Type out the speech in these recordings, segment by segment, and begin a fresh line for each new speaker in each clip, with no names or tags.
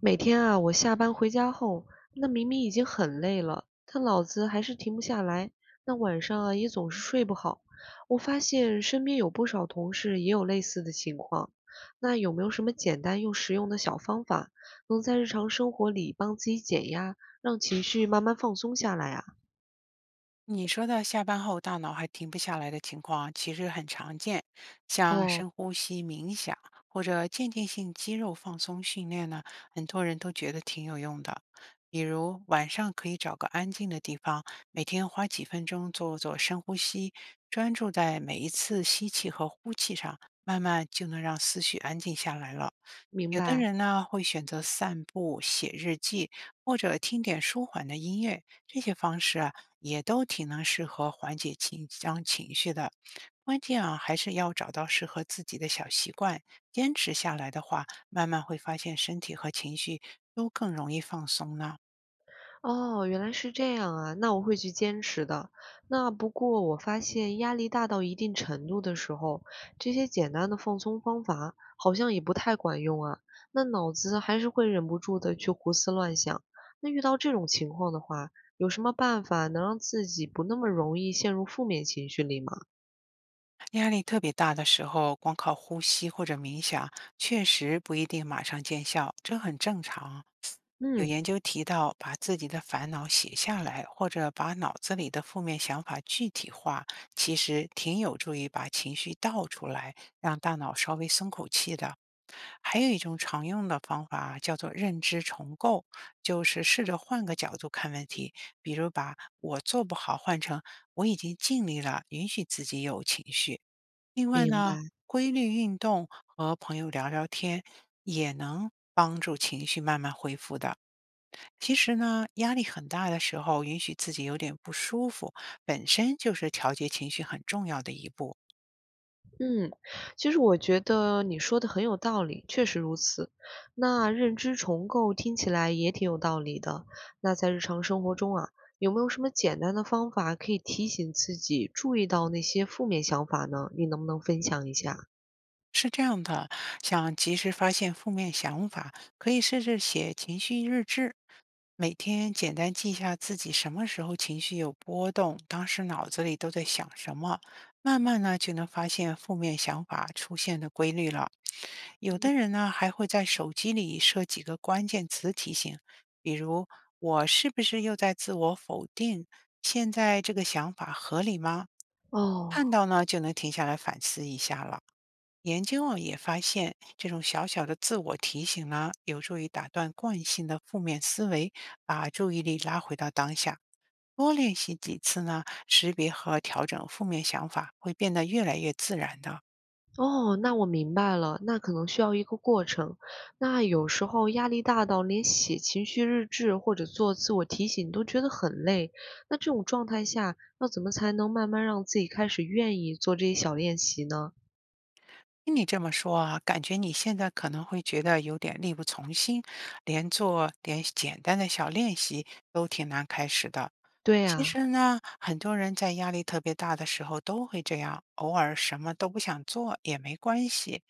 每天啊，我下班回家后，那明明已经很累了，但脑子还是停不下来。那晚上啊，也总是睡不好。我发现身边有不少同事也有类似的情况。那有没有什么简单又实用的小方法，能在日常生活里帮自己减压，让情绪慢慢放松下来啊？
你说的下班后大脑还停不下来的情况，其实很常见。像
哦，
深呼吸、冥想或者渐进性肌肉放松训练呢，很多人都觉得挺有用的。比如晚上可以找个安静的地方，每天花几分钟做做深呼吸，专注在每一次吸气和呼气上，慢慢就能让思绪安静下来了。
明
有的
白。
人呢会选择散步、写日记，或者听点舒缓的音乐。这些方式啊，也都挺能适合缓解紧张情绪的。关键啊，还是要找到适合自己的小习惯，坚持下来的话，慢慢会发现身体和情绪都更容易放松呢。
哦，原来是这样啊，那我会去坚持的。那不过我发现压力大到一定程度的时候，这些简单的放松方法好像也不太管用啊。那脑子还是会忍不住的去胡思乱想。那遇到这种情况的话，有什么办法能让自己不那么容易陷入负面情绪里吗？
压力特别大的时候，光靠呼吸或者冥想，确实不一定马上见效，这很正常啊。有
嗯，
研究提到，把自己的烦恼写下来，或者把脑子里的负面想法具体化，其实挺有助于把情绪倒出来，让大脑稍微松口气的。还有一种常用的方法叫做认知重构，就是试着换个角度看问题，比如把“我做不好”换成“我已经尽力了”，允许自己有情绪。另外
明
呢，
白。
规律运动和朋友聊聊天也能帮助情绪慢慢恢复的。其实呢，压力很大的时候，允许自己有点不舒服，本身就是调节情绪很重要的一步。
嗯，其实我觉得你说的很有道理，确实如此。那认知重构听起来也挺有道理的。那在日常生活中啊，有没有什么简单的方法可以提醒自己注意到那些负面想法呢？你能不能分享一下？
是这样的，想及时发现负面想法，可以试着写情绪日志，每天简单记下自己什么时候情绪有波动，当时脑子里都在想什么，慢慢呢就能发现负面想法出现的规律了。有的人呢还会在手机里设几个关键词提醒，比如“我是不是又在自我否定？现在这个想法合理吗？”
哦，
看到呢就能停下来反思一下了。研究啊也发现，这种小小的自我提醒呢，有助于打断惯性的负面思维，把注意力拉回到当下。多练习几次呢，识别和调整负面想法会变得越来越自然的。
哦，那我明白了，那可能需要一个过程。那有时候压力大到连写情绪日志或者做自我提醒都觉得很累，那这种状态下，要怎么才能慢慢让自己开始愿意做这些小练习呢？
听你这么说啊，感觉你现在可能会觉得有点力不从心，连做点简单的小练习都挺难开始的。
对
其
啊，
实呢，很多人在压力特别大的时候都会这样，偶尔什么都不想做也没关系。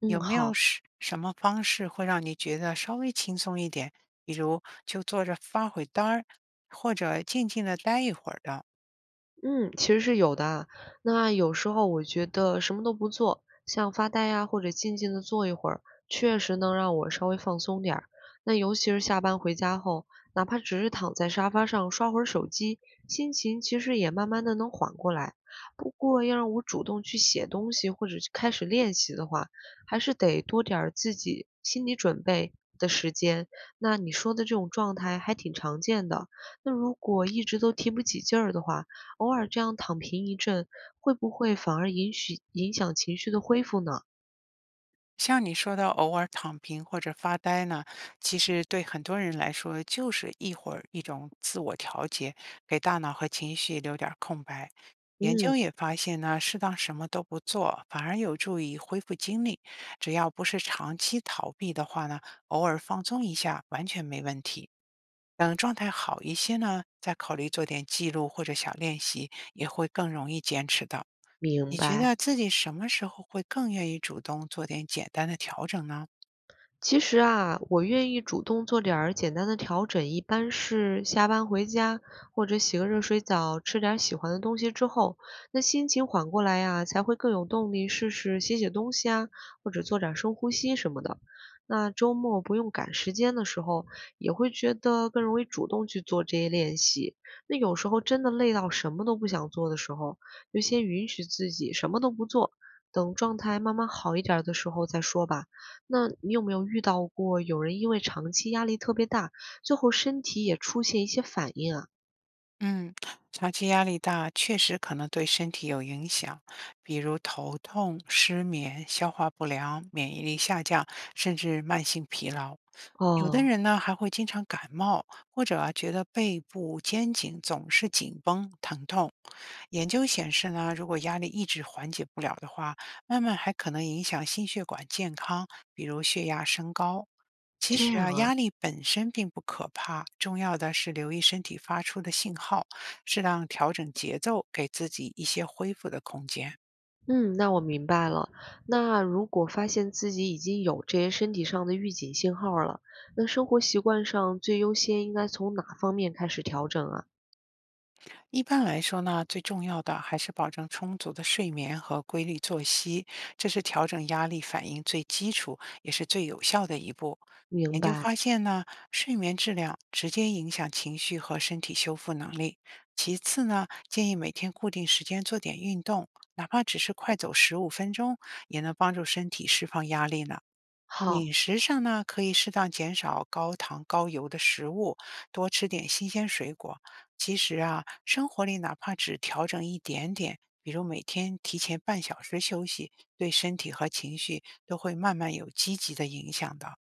嗯，
有没有
好。
什么方式会让你觉得稍微轻松一点？比如就坐着发会呆儿，或者静静的待一会儿的。
嗯，其实是有的啊。那有时候我觉得什么都不做，像发呆呀、或者静静的坐一会儿，确实能让我稍微放松点儿。那尤其是下班回家后，哪怕只是躺在沙发上刷会儿手机，心情其实也慢慢的能缓过来。不过要让我主动去写东西或者去开始练习的话，还是得多点儿自己心理准备的时间。那你说的这种状态还挺常见的。那如果一直都提不起劲儿的话，偶尔这样躺平一阵，会不会反而影响情绪的恢复呢？
像你说的偶尔躺平或者发呆呢，其实对很多人来说就是一会儿一种自我调节，给大脑和情绪留点儿空白。研究
嗯，
也发现呢，适当什么都不做，反而有助于恢复精力。只要不是长期逃避的话呢，偶尔放松一下完全没问题。等状态好一些呢，再考虑做点记录或者小练习，也会更容易坚持到。
明
你觉得
白。
自己什么时候会更愿意主动做点简单的调整呢？
其实啊，我愿意主动做点儿简单的调整，一般是下班回家或者洗个热水澡，吃点儿喜欢的东西之后，那心情缓过来呀，才会更有动力试试写写东西啊，或者做点儿深呼吸什么的。那周末不用赶时间的时候，也会觉得更容易主动去做这些练习。那有时候真的累到什么都不想做的时候，就先允许自己什么都不做，等状态慢慢好一点儿的时候再说吧。那你有没有遇到过有人因为长期压力特别大，最后身体也出现一些反应啊？
嗯，长期压力大确实可能对身体有影响，比如头痛、失眠、消化不良、免疫力下降，甚至慢性疲劳。有的
哦，
人呢还会经常感冒，或者啊觉得背部、肩颈总是紧绷、疼痛。研究显示呢，如果压力一直缓解不了的话，慢慢还可能影响心血管健康，比如血压升高。其
这
实
样
啊，
啊，
压力本身并不可怕，重要的是留意身体发出的信号，适当调整节奏，给自己一些恢复的空间。
嗯，那我明白了。那如果发现自己已经有这些身体上的预警信号了，那生活习惯上最优先应该从哪方面开始调整啊？
一般来说呢，最重要的还是保证充足的睡眠和规律作息，这是调整压力反应最基础也是最有效的一步。
明
研究
白，
发现呢，睡眠质量直接影响情绪和身体修复能力。其次呢，建议每天固定时间做点运动，哪怕只是快走15分钟，也能帮助身体释放压力呢。
好。
饮食上呢，可以适当减少高糖高油的食物，多吃点新鲜水果。其实啊，生活里哪怕只调整一点点，比如每天提前半小时休息，对身体和情绪都会慢慢有积极的影响的。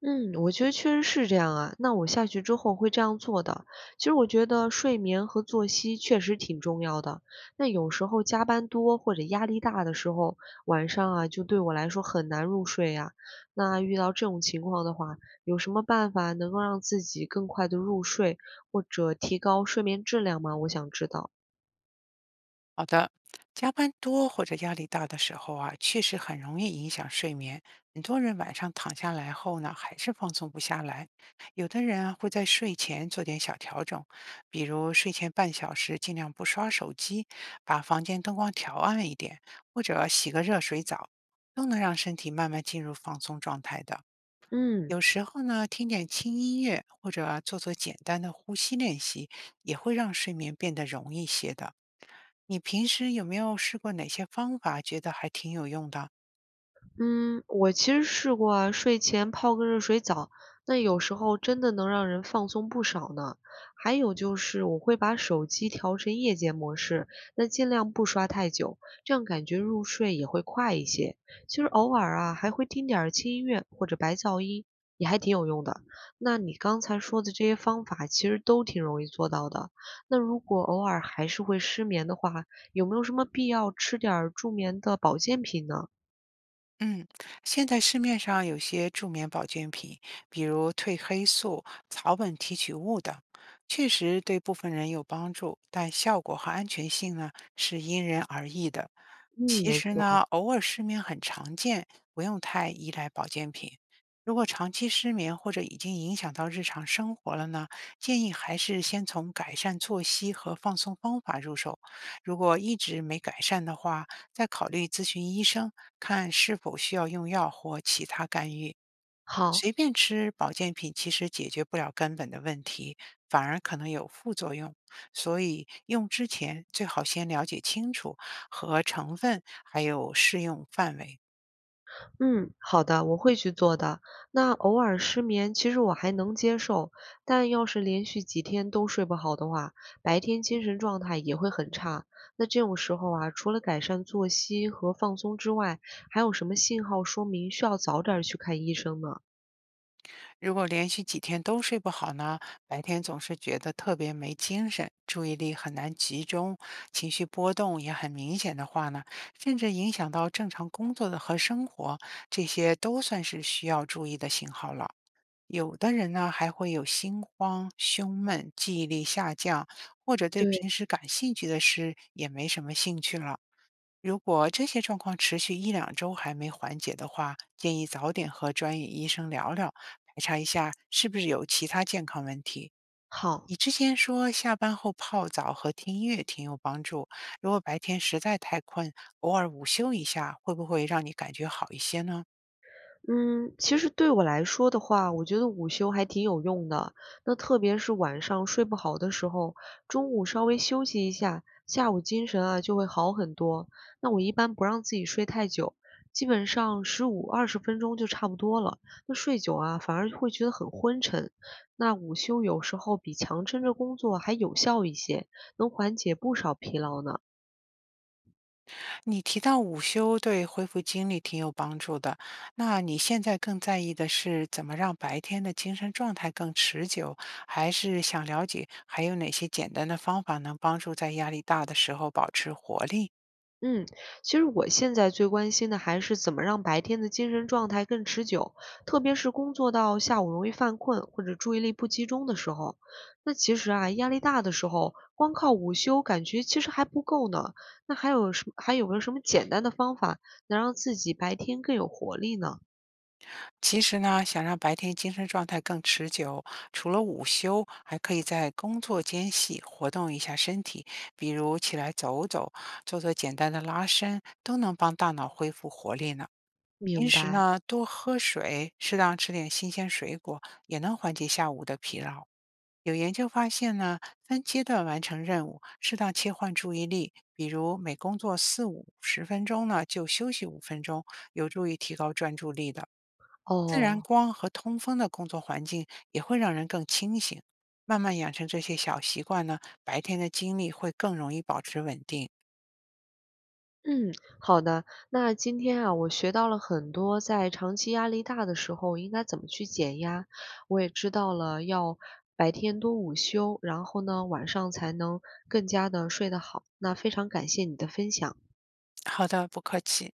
嗯，我觉得确实是这样啊。那我下去之后会这样做的。其实我觉得睡眠和作息确实挺重要的。那有时候加班多或者压力大的时候，晚上啊，就对我来说很难入睡呀。那遇到这种情况的话，有什么办法能够让自己更快的入睡，或者提高睡眠质量吗？我想知道。
好的，加班多或者压力大的时候啊，确实很容易影响睡眠。很多人晚上躺下来后呢，还是放松不下来。有的人啊，会在睡前做点小调整，比如睡前半小时尽量不刷手机，把房间灯光调暗一点，或者洗个热水澡，都能让身体慢慢进入放松状态的。
嗯。
有时候呢，听点轻音乐或者做做简单的呼吸练习，也会让睡眠变得容易些的。你平时有没有试过哪些方法，觉得还挺有用的啊？
嗯，我其实试过啊，睡前泡个热水澡，那有时候真的能让人放松不少呢。还有就是我会把手机调成夜间模式，那尽量不刷太久，这样感觉入睡也会快一些。其实偶尔啊，还会听点儿轻音乐或者白噪音，也还挺有用的。那你刚才说的这些方法，其实都挺容易做到的。那如果偶尔还是会失眠的话，有没有什么必要吃点儿助眠的保健品呢？
嗯，现在市面上有些助眠保健品，比如褪黑素、草本提取物等，确实对部分人有帮助，但效果和安全性呢是因人而异的。
嗯，
其
没
实呢，
错。
偶尔失眠很常见，不用太依赖保健品。如果长期失眠或者已经影响到日常生活了呢，建议还是先从改善作息和放松方法入手。如果一直没改善的话，再考虑咨询医生，看是否需要用药或其他干预。
好，
随便吃保健品其实解决不了根本的问题，反而可能有副作用。所以用之前最好先了解清楚和成分，还有适用范围。
嗯，好的，我会去做的。那偶尔失眠，其实我还能接受，但要是连续几天都睡不好的话，白天精神状态也会很差。那这种时候啊，除了改善作息和放松之外，还有什么信号说明需要早点儿去看医生呢？
如果连续几天都睡不好呢，白天总是觉得特别没精神，注意力很难集中，情绪波动也很明显的话呢，甚至影响到正常工作的和生活，这些都算是需要注意的信号了。有的人呢，还会有心慌、胸闷、记忆力下降，或者对
对，
平时感兴趣的事也没什么兴趣了。如果这些状况持续一两周还没缓解的话，建议早点和专业医生聊聊，排查一下是不是有其他健康问题。
好，
你之前说下班后泡澡和听音乐挺有帮助，如果白天实在太困，偶尔午休一下，会不会让你感觉好一些呢？
嗯，其实对我来说的话，我觉得午休还挺有用的。那特别是晚上睡不好的时候，中午稍微休息一下，下午精神啊就会好很多。那我一般不让自己睡太久，基本上15到20分钟就差不多了。那睡久啊，反而会觉得很昏沉。那午休有时候比强撑着工作还有效一些，能缓解不少疲劳呢。
你提到午休对恢复精力挺有帮助的，那你现在更在意的是怎么让白天的精神状态更持久，还是想了解还有哪些简单的方法能帮助在压力大的时候保持活力？
嗯，其实我现在最关心的还是怎么让白天的精神状态更持久，特别是工作到下午容易犯困或者注意力不集中的时候。那其实啊，压力大的时候，光靠午休感觉其实还不够呢。那还有没有什么简单的方法能让自己白天更有活力呢？
其实呢，想让白天精神状态更持久，除了午休，还可以在工作间隙活动一下身体，比如起来走走，做做简单的拉伸，都能帮大脑恢复活力呢。平
明
时
白。
呢，多喝水，适当吃点新鲜水果，也能缓解下午的疲劳。有研究发现呢，分阶段完成任务，适当切换注意力，比如每工作四五十分钟呢，就休息五分钟，有助于提高专注力的。自然
哦，
光和通风的工作环境也会让人更清醒。慢慢养成这些小习惯呢，白天的精力会更容易保持稳定。
嗯，好的。那今天啊，我学到了很多，在长期压力大的时候应该怎么去减压。我也知道了要白天多午休，然后呢，晚上才能更加的睡得好。那非常感谢你的分享。
好的，不客气。